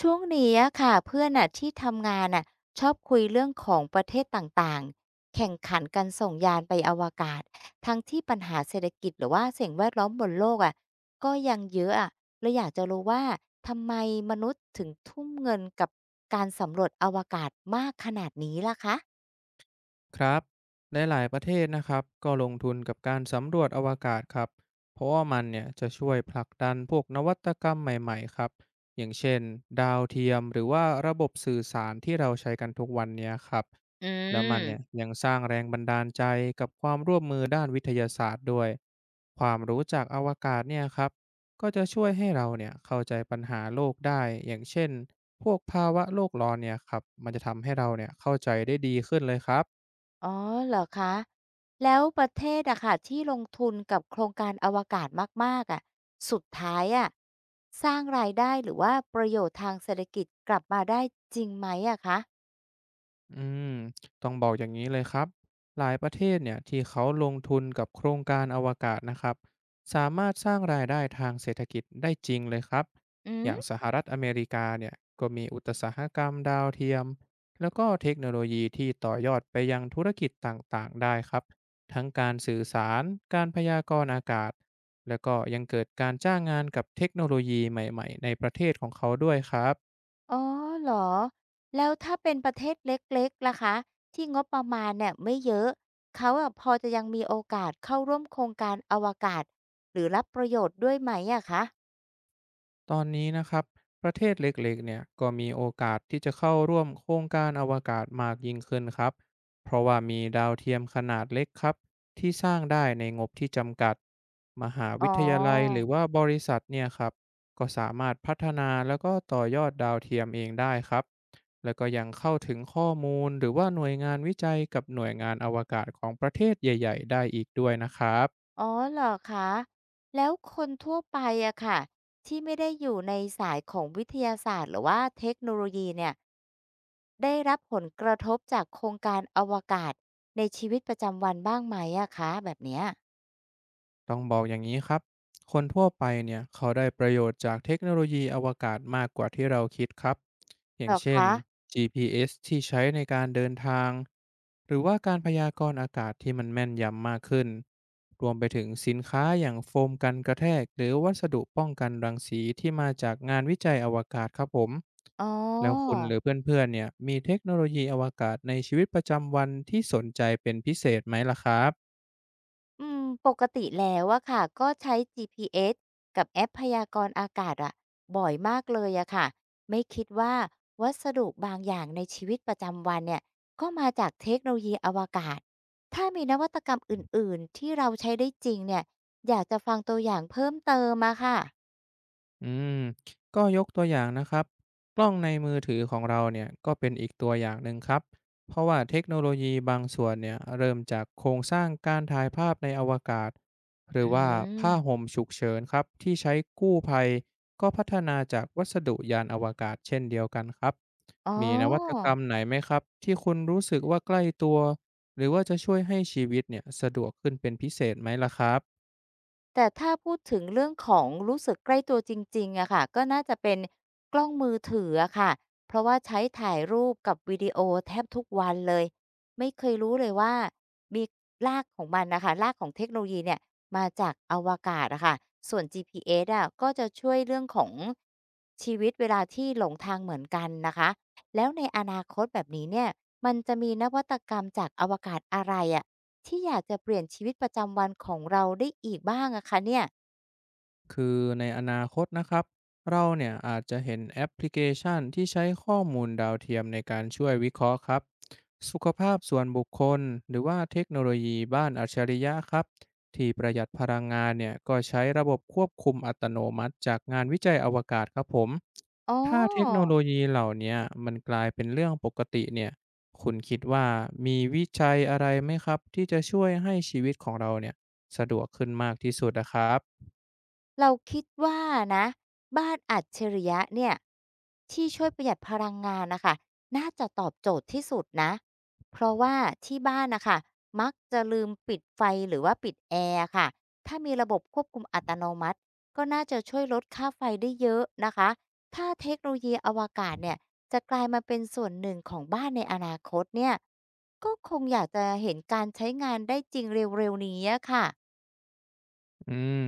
ช่วงนี้อะค่ะเพื่อนอะที่ทำงานอะชอบคุยเรื่องของประเทศต่างๆแข่งขันกันส่งยานไปอวกาศทั้งที่ปัญหาเศรษฐกิจหรือว่าสิ่งแวดล้อมบนโลกอะก็ยังเยอะอะเราอยากจะรู้ว่าทำไมมนุษย์ถึงทุ่มเงินกับการสำรวจอวกาศมากขนาดนี้ล่ะคะครับหลายๆประเทศนะครับก็ลงทุนกับการสำรวจอวกาศครับเพราะว่ามันเนี่ยจะช่วยผลักดันพวกนวัตกรรมใหม่ๆครับอย่างเช่นดาวเทียมหรือว่าระบบสื่อสารที่เราใช้กันทุกวันเนี้ยครับอืแล้วมันเนี่ยม ยังสร้างแรงบันดาลใจกับความร่วมมือด้านวิทยาศาสตร์ด้วยความรู้จากอวกาศเนี่ยครับก็จะช่วยให้เราเนี่ยเข้าใจปัญหาโลกได้อย่างเช่นพวกภาวะโลกร้อนเนี่ยครับมันจะทำให้เราเนี่ยเข้าใจได้ดีขึ้นเลยครับ อ๋อเหรอคะแล้วประเทศอะค่ะที่ลงทุนกับโครงการอวกาศมากๆอะสุดท้ายอะสร้างรายได้หรือว่าประโยชน์ทางเศรษฐกิจกลับมาได้จริงไหมอะคะอืมต้องบอกอย่างนี้เลยครับหลายประเทศเนี่ยที่เขาลงทุนกับโครงการอวกาศนะครับสามารถสร้างรายได้ทางเศรษฐกิจได้จริงเลยครับอือย่างสมหรัฐอเมริกาเนี่ยก็มีอุตสาหกรรมดาวเทียมแล้วก็เทคโนโลยีที่ต่อยอดไปยังธุรกิจต่างๆได้ครับทั้งการสื่อสารการพยากรณ์อากาศแล้วก็ยังเกิดการจ้างงานกับเทคโนโลยีใหม่ๆในประเทศของเขาด้วยครับ อ๋อเหรอแล้วถ้าเป็นประเทศเล็กๆล่ะคะที่งบประมาณเนี่ยไม่เยอะเขาอะพอจะยังมีโอกาสเข้าร่วมโครงการอวกาศหรือรับประโยชน์ด้วยไหมอะคะตอนนี้นะครับประเทศเล็กๆเนี่ยก็มีโอกาสที่จะเข้าร่วมโครงการอวกาศมากยิ่งขึ้นครับเพราะว่ามีดาวเทียมขนาดเล็กครับที่สร้างได้ในงบที่จำกัดมหาอ๋วิอ ทยาลัยหรือว่าบริษัทเนี่ยครับก็สามารถพัฒนาแล้วก็ต่อยอดดาวเทียมเองได้ครับแล้วก็ยังเข้าถึงข้อมูลหรือว่าหน่วยงานวิจัยกับหน่วยงานอวกาศของประเทศใหญ่ๆได้อีกด้วยนะครับ อ๋อเหรอคะแล้วคนทั่วไปอะค่ะที่ไม่ได้อยู่ในสายของวิทยาศาสตร์หรือว่าเทคโนโลยีเนี่ยได้รับผลกระทบจากโครงการอวกาศในชีวิตประจำวันบ้างไหมอะคะแบบเนี้ยต้องบอกอย่างนี้ครับคนทั่วไปเนี่ยเขาได้ประโยชน์จากเทคโนโลยีอวกาศมากกว่าที่เราคิดครับ อเหย่ารงอเช่น คะ GPS ที่ใช้ในการเดินทางหรือว่าการพยากรณ์อากาศที่มันแม่นยำมากขึ้นรวมไปถึงสินค้าอย่างโฟมกันกระแทกหรือวัสดุป้องกันรังสีที่มาจากงานวิจัยอวกาศครับผมอ๋อ แล้วคุณหรือเพื่อนๆเนี่ยมีเทคโนโลยีอวกาศในชีวิตประจำวันที่สนใจเป็นพิเศษไหมล่ะครับ อืมปกติแล้วอะค่ะก็ใช้ GPS กับแอปพยากรณ์อากาศอะบ่อยมากเลยอะค่ะไม่คิดว่าวัสดุบางอย่างในชีวิตประจำวันเนี่ยก็มาจากเทคโนโลยีอวกาศถ้ามีนวัตกรรมอื่นๆที่เราใช้ได้จริงเนี่ยอยากจะฟังตัวอย่างเพิ่มเติมอะค่ะอืมก็ยกตัวอย่างนะครับกล้องในมือถือของเราเนี่ยก็เป็นอีกตัวอย่างหนึ่งครับเพราะว่าเทคโนโลยีบางส่วนเนี่ยเริ่มจากโครงสร้างการถ่ายภาพในอวกาศหรืออืว่าผ้าห่มมฉุกเฉินครับที่ใช้กู้ภัยก็พัฒนาจากวัสดุยานอวกาศเช่นเดียวกันครับอ๋มีนวัตอ กรรมไหนไหมครับที่คุณรู้สึกว่าใกล้ตัวหรือว่าจะช่วยให้ชีวิตเนี่ยสะดวกขึ้นเป็นพิเศษไหมล่ะครับ แต่ถ้าพูดถึงเรื่องของรู้สึกใกล้ตัวจริงๆอะค่ะก็น่าจะเป็นกล้องมือถืออะค่ะเพราะว่าใช้ถ่ายรูปกับวิดีโอแทบทุกวันเลยไม่เคยรู้เลยว่ามีรากของมันน่ะค่ะรากของเทคโนโลยีเนี่ยมาจากอวกาศอะค่ะส่วน GPS ออะก็จะช่วยเรื่องของชีวิตเวลาที่หลงทางเหมือนกันนะคะแล้วในอนาคตแบบนี้เนี่ยมันจะมีนวัตกรรมจากอวกาศอะไรอะ ที่อยากจะเปลี่ยนชีวิตประจำวันของเราได้อีกบ้างอะคะเนี่ย คือในอนาคตนะครับเราเนี่ยอาจจะเห็นแอปพลิเคชันที่ใช้ข้อมูลดาวเทียมในการช่วยวิเคราะห์ครับสุขภาพส่วนบุคคลหรือว่าเทคโนโลยีบ้านอัจฉริยะครับที่ประหยัดพลังงานเนี่ยก็ใช้ระบบควบคุมอัตโนมัติจากงานวิจัยอวกาศครับผมอ๋ถ้าเทคโนอ โลยีเหล่าเนี้ยมันกลายเป็นเรื่องปกติเนี่ยคุณคิดว่ามีวิจัยอะไรไหมครับที่จะช่วยให้ชีวิตของเราเนี่ยสะดวกขึ้นมากที่สุดนะครับ เราคิดว่านะบ้านอัจฉริยะเนี่ยที่ช่วยประหยัดพลังงานน่ะคะน่าจะตอบโจทย์ที่สุดนะเพราะว่าที่บ้านนะคะมักจะลืมปิดไฟหรือว่าปิดแอร์ค่ะถ้ามีระบบควบคุมอัตโนมัติก็น่าจะช่วยลดค่าไฟได้เยอะนะคะถ้าเทคโนโลยีอวกาศเนี่ยจะกลายมาเป็นส่วนหนึ่งของบ้านในอนาคตเนี่ยก็คงอยากจะเห็นการใช้งานได้จริงเร็วๆนี้อะค่ะอืม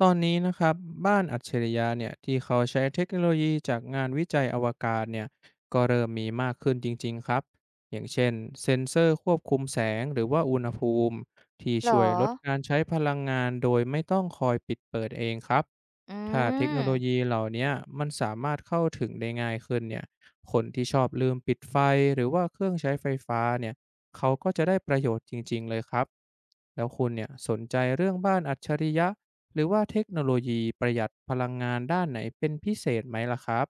ตอนนี้นะครับบ้านอัจฉริยะเนี่ยที่เขาใช้เทคโนโลยีจากงานวิจัยอวกาศเนี่ยก็เริ่มมีมากขึ้นจริงๆครับอย่างเช่นเซ็นเซอร์ควบคุมแสงหรือว่าอุณหภูมิที่หรช่อวยลดการใช้พลังงานโดยไม่ต้องคอยปิดเปิดเองครับอืถ้าเทคโนม โลยีเหล่าเนี้ยมันสามารถเข้าถึงได้ง่ายขึ้นเนี่ยคนที่ชอบลืมปิดไฟหรือว่าเครื่องใช้ไฟฟ้าเนี่ย เขาก็จะได้ประโยชน์จริงๆ เลยครับแล้วคุณเนี่ยสนใจเรื่องบ้านอัจฉริยะหรือว่าเทคโนโลยีประหยัดพลังงานด้านไหนเป็นพิเศษไหมล่ะครับ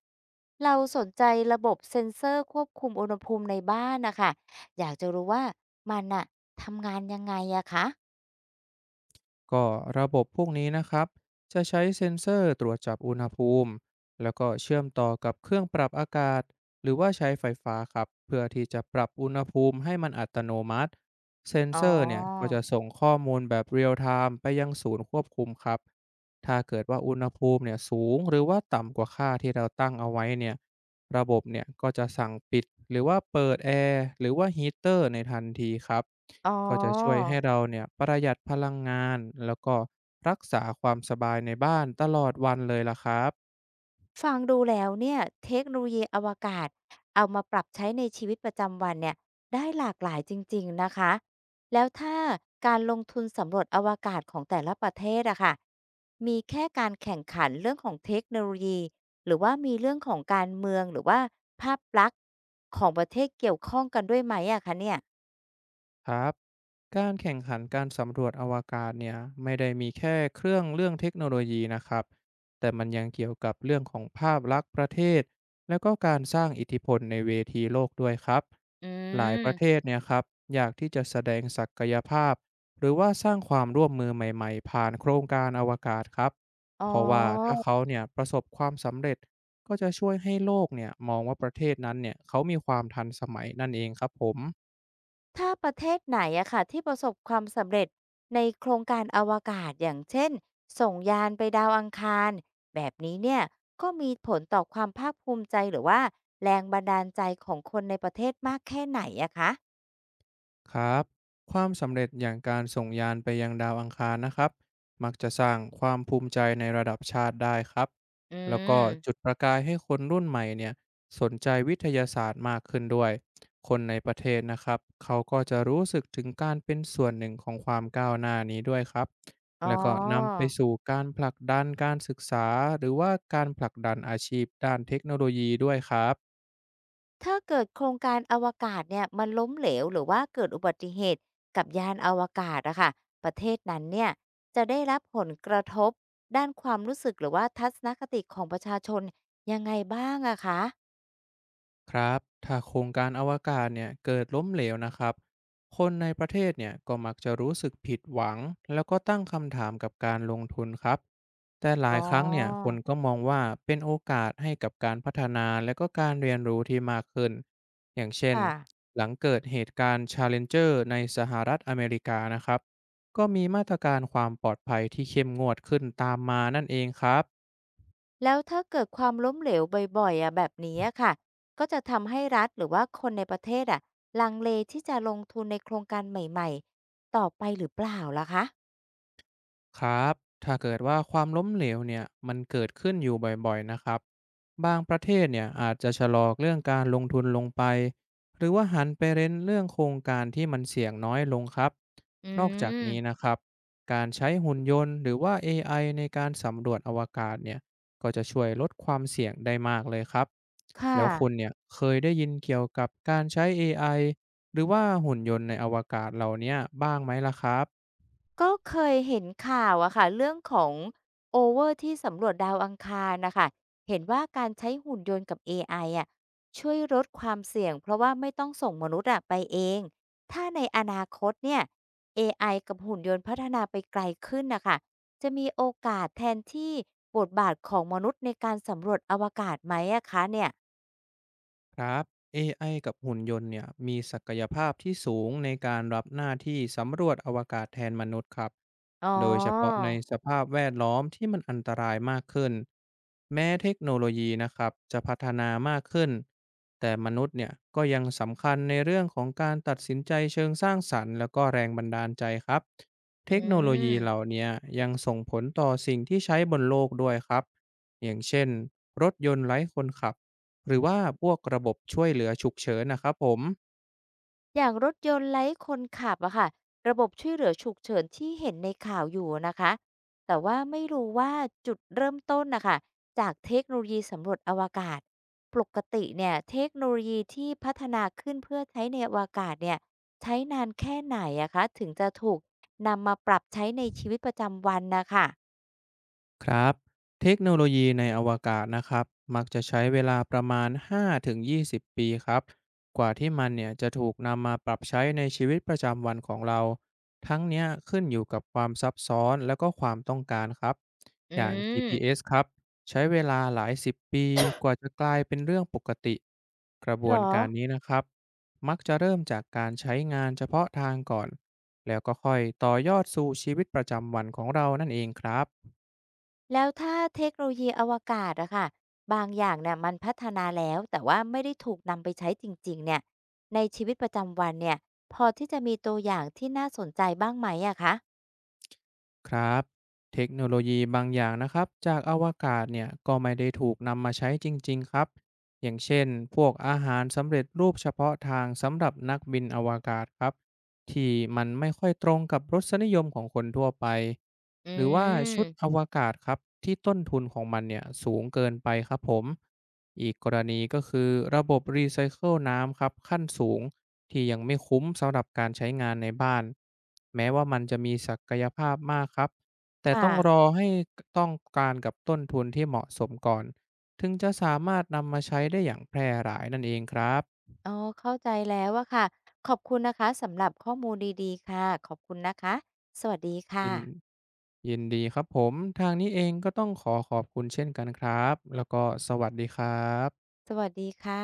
เราสนใจระบบเซ็นเซอร์ควบคุมอุณหภูมิในบ้านนะคะอยากจะรู้ว่ามันน่ะทำงานยังไงอะคะก็ระบบพวกนี้นะครับจะใช้เซ็นเซอร์ตรวจจับอุณหภูมิแล้วก็เชื่อมต่อกับเครื่องปรับอากาศหรือว่าใช้ไฟฟ้าครับเพื่อที่จะปรับอุณหภูมิให้มันอัตโนมัติเซ็นอ๋อเซอร์เนี่ยก็จะส่งข้อมูลแบบเรียลไทม์ไปยังศูนย์ควบคุมครับถ้าเกิดว่าอุณหภูมิเนี่ยสูงหรือว่าต่ำกว่าค่าที่เราตั้งเอาไว้เนี่ยระบบเนี่ยก็จะสั่งปิดหรือว่าเปิดแอร์หรือว่าฮีตเตอร์ในทันทีครับ อ๋อ ก็จะช่วยให้เราเนี่ยประหยัดพลังงานแล้วก็รักษาความสบายในบ้านตลอดวันเลยล่ะครับ ฟังดูแล้วเนี่ยเทคโนโลยีอวกาศเอามาปรับใช้ในชีวิตประจำวันเนี่ยได้หลากหลายจริงๆนะคะแล้วถ้าการลงทุนสำรวจอวกาศของแต่ละประเทศอะค่ะมีแค่การแข่งขันเรื่องของเทคโนโลยีหรือว่ามีเรื่องของการเมืองหรือว่าภาพลักษณ์ของประเทศเกี่ยวข้องกันด้วยไหมอะคะเนี่ยครับการแข่งขันการสำรวจอวกาศเนี่ยไม่ได้มีแค่เครื่องเรื่องเทคโนโลยีนะครับแต่มันยังเกี่ยวกับเรื่องของภาพลักษณ์ประเทศและก็การสร้างอิทธิพลในเวทีโลกด้วยครับอืหลายประเทมศเนี่ยครับอยากที่จะแสดงศักยภาพหรือว่าสร้างความร่วมมือใหม่ๆผ่านโครงการอวกาศครับอ๋เพราะว่าถ้าอ เขาเนี่ยประสบความสำเร็จก็จะช่วยให้โลกเนี่ยมองว่าประเทศนั้นเนี่ยเขามีความทันสมัยนั่นเองครับผม ถ้าประเทศไหนอะค่ะที่ประสบความสำเร็จในโครงการอวกาศอย่างเช่นส่งยานไปดาวอังคารแบบนี้เนี่ยก็มีผลต่อความภาคภูมิใจหรือว่าแรงบันดาลใจของคนในประเทศมากแค่ไหนอะคะครับความสำเร็จอย่างการส่งยานไปยังดาวอังคารนะครับมักจะสร้างความภูมิใจในระดับชาติได้ครับอืแล้วมก็จุดประกายให้คนรุ่นใหม่เนี่ยสนใจวิทยาศาสตร์มากขึ้นด้วยคนในประเทศนะครับเขาก็จะรู้สึกถึงการเป็นส่วนหนึ่งของความก้าวหน้านี้ด้วยครับอ๋อ แล้วก็นำไปสู่การผลักดันการศึกษาหรือว่าการผลักดันอาชีพด้านเทคโนโลยีด้วยครับ ถ้าเกิดโครงการอวกาศเนี่ยมันล้มเหลวหรือว่าเกิดอุบัติเหตุกับยานอวกาศอะค่ะประเทศนั้นเนี่ยจะได้รับผลกระทบด้านความรู้สึกหรือว่าทัศนคติของประชาชนยังไงบ้างอะคะครับถ้าโครงการอวกาศเนี่ยเกิดล้มเหลวนะครับ คนในประเทศเนี่ยก็มักจะรู้สึกผิดหวังแล้วก็ตั้งคำถามกับการลงทุนครับ แต่หลาอ๋ยครั้งเนี่ยคอนก็มองว่าเป็นโอกาสให้กับการพัฒนาและก็การเรียนรู้ที่มากขึ้น อย่างเช่นค่ะหลังเกิดเหตุการณ์ Challenger ในสหรัฐอเมริกานะครับ ก็มีมาตรการความปลอดภัยที่เข้มงวดขึ้นตามมานั่นเองครับ แล้วถ้าเกิดความล้มเหลวบ่อยๆอะแบบนี้อะค่ะก็จะทำให้รัฐหรือว่าคนในประเทศอะลังเลที่จะลงทุนในโครงการใหม่ๆต่อไปหรือเปล่าล่ะคะครับถ้าเกิดว่าความล้มเหลวเนี่ยมันเกิดขึ้นอยู่บ่อยๆนะครับบางประเทศเนี่ยอาจจะชะลอเรื่องการลงทุนลงไป หรือว่าหันไปเน้นเรื่องโครงการที่มันเสี่ยงน้อยลงครับอืนอกจากมนี้นะครับการใช้หุ่นยนต์หรือว่า AI ในการสำรวจอวกาศเนี่ยก็จะช่วยลดความเสี่ยงได้มากเลยครับค่ะ แล้วคุณเนี่ยเคยได้ยินเกี่ยวกับการใช้ AI หรือว่าหุ่นยนต์ในอวกาศเหล่าเนี้ยบ้างไหมล่ะครับ ก็เคยเห็นข่าวอะค่ะเรื่องของโอเวอร์ที่สำรวจดาวอังคารนะคะเห็นว่าการใช้หุ่นยนต์กับเอไออะช่วยลดความเสี่ยงเพราะว่าไม่ต้องส่งมนุษย์อะไปเองถ้าในอนาคตเนี่ยเอไอกับหุ่นยนต์พัฒนาไปไกลขึ้นนะคะจะมีโอกาสแทนที่บทบาทของมนุษย์ในการสำรวจอวกาศไหมอะคะเนี่ยครับ AI กับหุ่นยนต์เนี่ยมีศักยภาพที่สูงในการรับหน้าที่สำรวจอวกาศแทนมนุษย์ครับ อ๋อโดยเฉพาะในสภาพแวดล้อมที่มันอันตรายมากขึ้น แม้เทคโนโลยีนะครับจะพัฒนามากขึ้น แต่มนุษย์เนี่ยก็ยังสำคัญในเรื่องของการตัดสินใจเชิงสร้างสรรค์แล้วก็แรงบันดาลใจครับ เทอืคโนโลยีเหล่าม เนี้ยยังส่งผลต่อสิ่งที่ใช้บนโลกด้วยครับอย่างเช่นรถยนต์ไร้คนขับ หรือว่าพวกระบบช่วยเหลือฉุกเฉินนะครับผม อย่างรถยนต์ไร้คนขับอะค่ะระบบช่วยเหลือฉุกเฉินที่เห็นในข่าวอยู่นะคะแต่ว่าไม่รู้ว่าจุดเริ่มต้นนะคะจากเทคโนโลยีสำรวจอวกาศปกติเนี่ยเทคโนโลยีที่พัฒนาขึ้นเพื่อใช้ในอวกาศเนี่ยใช้นานแค่ไหนอะคะถึงจะถูกนำมาปรับใช้ในชีวิตประจำวันนะคะครับเทคโนโลยีในอวกาศนะครับมักจะใช้เวลาประมาณ5-20ปีครับกว่าที่มันเนี่ยจะถูกนำมาปรับใช้ในชีวิตประจำวันของเราทั้งเนี้ยขึ้นอยู่กับความซับซ้อนและก็ความต้องการครับอือย่าง ม GPS ครับใช้เวลาหลาย10ปีกว่าจะกลายเป็นเรื่องปกติกระบเหรวนอ การนี้นะครับมักจะเริ่มจากการใช้งานเฉพาะทางก่อนแล้วก็ค่อยต่อยอดสู่ชีวิตประจำวันของเรานั่นเองครับ แล้วถ้าเทคโนโลยีอวกาศอะค่ะบางอย่างเนี่ยมันพัฒนาแล้วแต่ว่าไม่ได้ถูกนำไปใช้จริงๆเนี่ยในชีวิตประจำวันเนี่ยพอที่จะมีตัวอย่างที่น่าสนใจบ้างไหมอะคะครับเทคโนโลยีบางอย่างนะครับจากอวกาศเนี่ยก็ไม่ได้ถูกนำมาใช้จริงๆครับ อย่างเช่นพวกอาหารสำเร็จรูปเฉพาะทางสำหรับนักบินอวกาศครับที่มันไม่ค่อยตรงกับรสนิยมของคนทั่วไป อืหรือว่ามชุดอวกาศครับที่ต้นทุนของมันเนี่ยสูงเกินไปครับผมอีกกรณีก็คือระบบรีไซเคิลน้ำครับขั้นสูง ที่ยังไม่คุ้มสำหรับการใช้งานในบ้านแม้ว่ามันจะมีศักยภาพมากครับแต่ต้ค่ะองรอให้ต้องการกับต้นทุนที่เหมาะสมก่อนถึงจะสามารถนำมาใช้ได้อย่างแพร่หลายนั่นเองครับอ๋อเข้าใจแล้วอะค่ะขอบคุณนะคะสำหรับข้อมูลดีๆค่ะขอบคุณนะคะสวัสดีค่ะยินยินดีครับผมทางนี้เองก็ต้องขอขอบคุณเช่นกันครับแล้วก็สวัสดีครับสวัสดีค่ะ